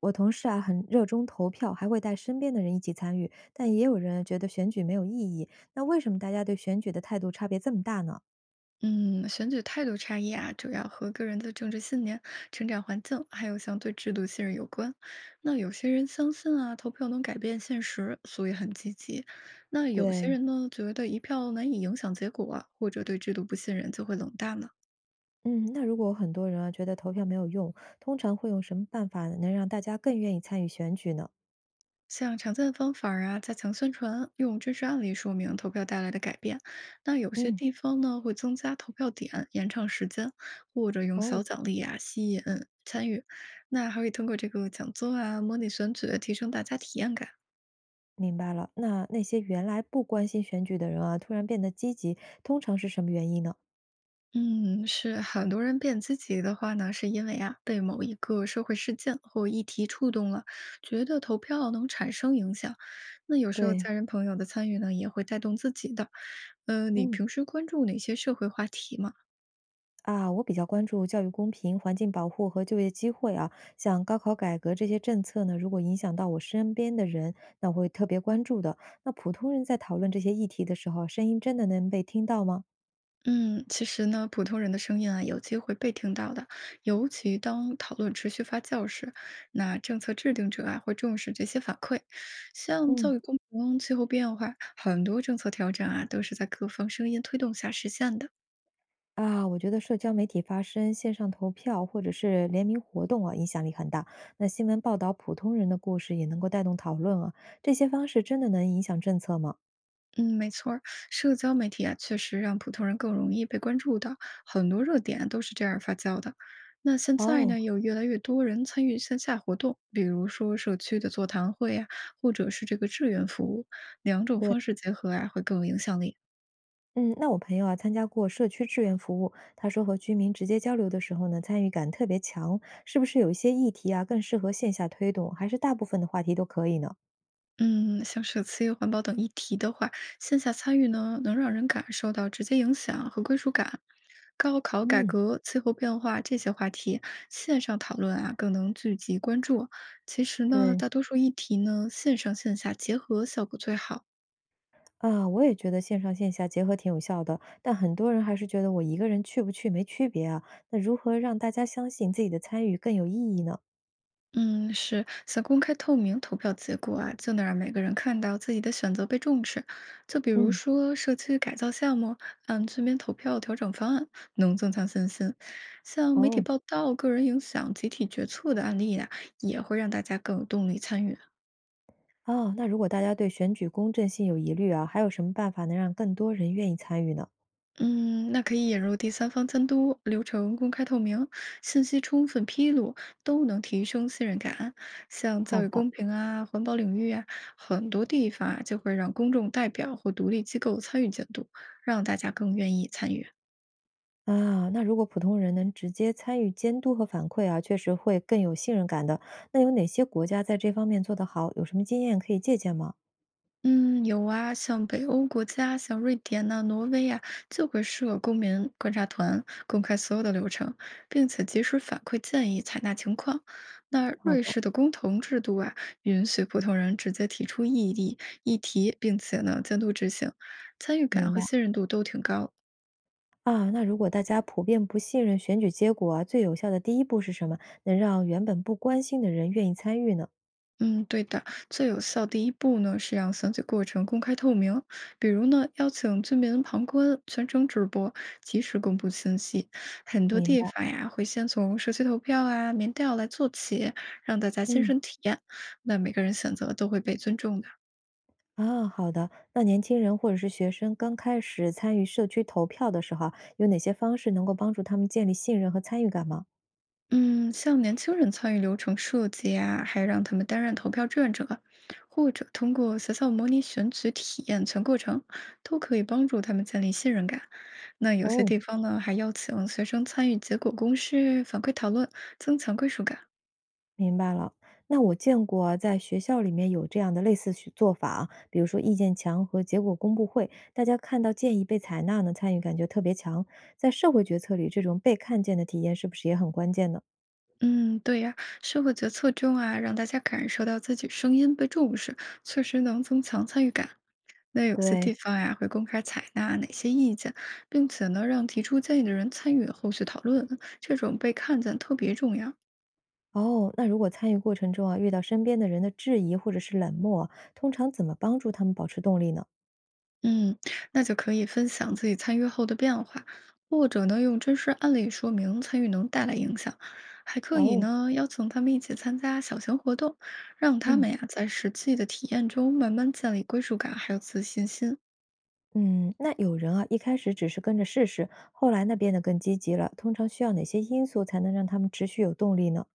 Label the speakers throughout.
Speaker 1: 我同事啊很热衷投票，还会带身边的人一起参与，但也有人觉得选举没有意义。那为什么大家对选举的态度差别这么大呢？
Speaker 2: 嗯，选举态度差异啊，主要和个人的政治信念、成长环境，还有相对制度信任有关。那有些人相信啊，投票能改变现实，所以很积极；那有些
Speaker 1: 对。
Speaker 2: 人呢，觉得一票难以影响结果啊或者对制度不信任，就会冷淡了。
Speaker 1: 嗯，那如果很多人啊觉得投票没有用，通常会用什么办法能让大家更愿意参与选举呢？
Speaker 2: 像常见的方法儿啊，加强宣传，用真实案例说明投票带来的改变。那有些
Speaker 1: 嗯。
Speaker 2: 地方呢，会增加投票点，延长时间，或者用
Speaker 1: 哦，
Speaker 2: 小奖励啊吸引参与。那还会通过这个讲座啊、模拟选举，提升大家体验感。
Speaker 1: 明白了。那那些原来不关心选举的人啊，突然变得积极，通常是什么原因呢？
Speaker 2: 嗯，是很多人变积极的话呢，是因为啊，被某一个社会事件或议题触动了，觉得投票能产生影响。那有时候
Speaker 1: 对。
Speaker 2: 家人朋友的参与呢，也会带动自己的。嗯，你
Speaker 1: 嗯。
Speaker 2: 平时关注哪些社会话题吗？
Speaker 1: 啊，我比较关注教育公平、环境保护和就业机会啊。像高考改革这些政策呢，如果影响到我身边的人，那我会特别关注的。那普通人在讨论这些议题的时候，声音真的能被听到吗？
Speaker 2: 嗯，其实呢，普通人的声音啊，有机会被听到的，尤其当讨论持续发酵时，那政策制定者啊会重视这些反馈。像
Speaker 1: 嗯，
Speaker 2: 教育公平、气候变化，很多政策调整啊，都是在各方声音推动下实现的。
Speaker 1: 啊，我觉得社交媒体发声、线上投票或者是联名活动啊，影响力很大。那新闻报道普通人的故事，也能够带动讨论啊。这些方式真的能影响政策吗？
Speaker 2: 嗯，没错儿，社交媒体啊，确实让普通人更容易被关注到，很多热点啊都是这样发酵的。那现在
Speaker 1: 哦。
Speaker 2: 呢，有越来越多人参与线下活动，比如说社区的座谈会呀，或者是这个志愿服务，两种
Speaker 1: 对。
Speaker 2: 方式结合啊，会更有影响力。
Speaker 1: 嗯，那我朋友啊，参加过社区志愿服务，他说和居民直接交流的时候呢，参与感特别强，是不是有一些议题啊，更适合线下推动，还是大部分的话题都可以呢？
Speaker 2: 嗯，像社区、环保等议题的话，线下参与呢，能让人感受到直接影响和归属感。高考改
Speaker 1: 嗯。
Speaker 2: 革、气候变化这些话题，线上讨论啊，更能聚集关注。其实呢，
Speaker 1: 对。
Speaker 2: 大多数议题呢，线上线下结合效果最好。
Speaker 1: 啊，我也觉得线上线下结合挺有效的，但很多人还是觉得我一个人去不去没区别啊。那如何让大家相信自己的参与更有意义呢？
Speaker 2: 嗯，是想公开透明投票结果啊，就能让每个人看到自己的选择被重视。就比如
Speaker 1: 嗯。
Speaker 2: 说社区改造项目，按村民投票调整方案，能增强信心。像媒体
Speaker 1: 哦。
Speaker 2: 报道个人影响集体决策的案例呀、也会让大家更有动力参与。
Speaker 1: 哦，那如果大家对选举公正性有疑虑啊，还有什么办法能让更多人愿意参与呢？
Speaker 2: 嗯，那可以引入第三方监督，流程公开透明，信息充分披露，都能提升信任感。像
Speaker 1: 好
Speaker 2: 教育
Speaker 1: 的。
Speaker 2: 公平啊、环保领域啊，很多地方啊就会让公众代表或独立机构参与监督，让大家更愿意参与。
Speaker 1: 啊，那如果普通人能直接参与监督和反馈啊，确实会更有信任感的。那有哪些国家在这方面做得好？有什么经验可以借鉴吗？
Speaker 2: 嗯，有啊，像北欧国家，像瑞典呐、挪威啊，就会设公民观察团，公开所有的流程，并且及时反馈建议，采纳情况。那
Speaker 1: 好
Speaker 2: 瑞
Speaker 1: 的。
Speaker 2: 士的公投制度啊，允许普通人直接提出异议议题，并且呢监督执行，参与感
Speaker 1: 明
Speaker 2: 和
Speaker 1: 白。
Speaker 2: 信任度都挺高。
Speaker 1: 啊，那如果大家普遍不信任选举结果啊，最有效的第一步是什么？能让原本不关心的人愿意参与呢？
Speaker 2: 嗯，对的，最有效第一步呢是让选举过程公开透明，比如呢邀请居民旁观，全程直播，及时公布信息。很多
Speaker 1: 明
Speaker 2: 地
Speaker 1: 白。
Speaker 2: 方呀会先从社区投票啊、民调来做起，让大家亲
Speaker 1: 嗯。
Speaker 2: 身体验。那每个人选择都会被尊重的。
Speaker 1: 啊，好的。那年轻人或者是学生刚开始参与社区投票的时候啊有哪些方式能够帮助他们建立信任和参与感吗？
Speaker 2: 嗯，像年轻人参与流程设计啊，还让他们担任投票志愿者，或者通过学校模拟选举体验全过程，都可以帮助他们建立信任感。那有些
Speaker 1: 哦。
Speaker 2: 地方呢，还邀请学生参与结果公示、反馈讨论，增强归属感。
Speaker 1: 明白了。那我见过啊在学校里面有这样的类似许做法啊，比如说意见墙和结果公布会，大家看到建议被采纳呢，参与感觉特别强。在社会决策里，这种被看见的体验是不是也很关键呢？
Speaker 2: 嗯，对呀，社会决策中啊，让大家感受到自己声音被重视，确实能增强参与感。那有些
Speaker 1: 对。
Speaker 2: 地方呀，会公开采纳哪些意见，并且呢，让提出建议的人参与后续讨论，这种被看见特别重要。
Speaker 1: 哦，那如果参与过程中啊，遇到身边的人的质疑或者是冷漠啊，通常怎么帮助他们保持动力呢？
Speaker 2: 嗯，那就可以分享自己参与后的变化，或者呢，用真实案例说明参与能带来影响，还可以
Speaker 1: 哦。
Speaker 2: 呢，邀请他们一起参加小型活动，让他
Speaker 1: 嗯
Speaker 2: 们呀在实际的体验中慢慢建立归属感还有自信心。
Speaker 1: 嗯，那有人啊，一开始只是跟着试试，后来呢变得更积极了，通常需要哪些因素才能让他们持续有动力呢？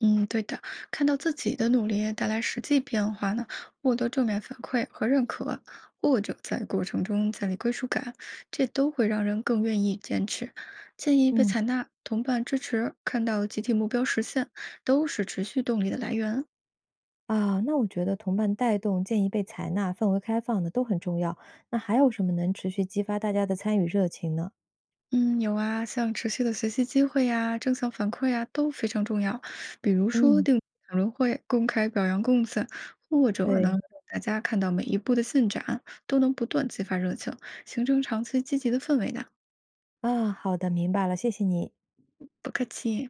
Speaker 2: 嗯，对的，看到自己的努力带来实际变化呢，获得正面反馈和认可，或者在过程中建立归属感，这都会让人更愿意坚持。建议被
Speaker 1: 嗯。
Speaker 2: 采纳、同伴支持，看到集体目标实现，都是持续动力的来源。
Speaker 1: 啊，那我觉得同伴带动、建议被采纳、氛围开放的都很重要。那还有什么能持续激发大家的参与热情呢？
Speaker 2: 嗯，有啊，像持续的学习机会呀、正向反馈呀都非常重要。比如说
Speaker 1: 嗯。
Speaker 2: 定期讨论会、公开表扬贡献，或者呢，
Speaker 1: 对。
Speaker 2: 让大家看到每一步的进展，都能不断激发热情，形成长期积极的氛围的。
Speaker 1: 啊，好的，明白了，谢谢你。
Speaker 2: 不客气。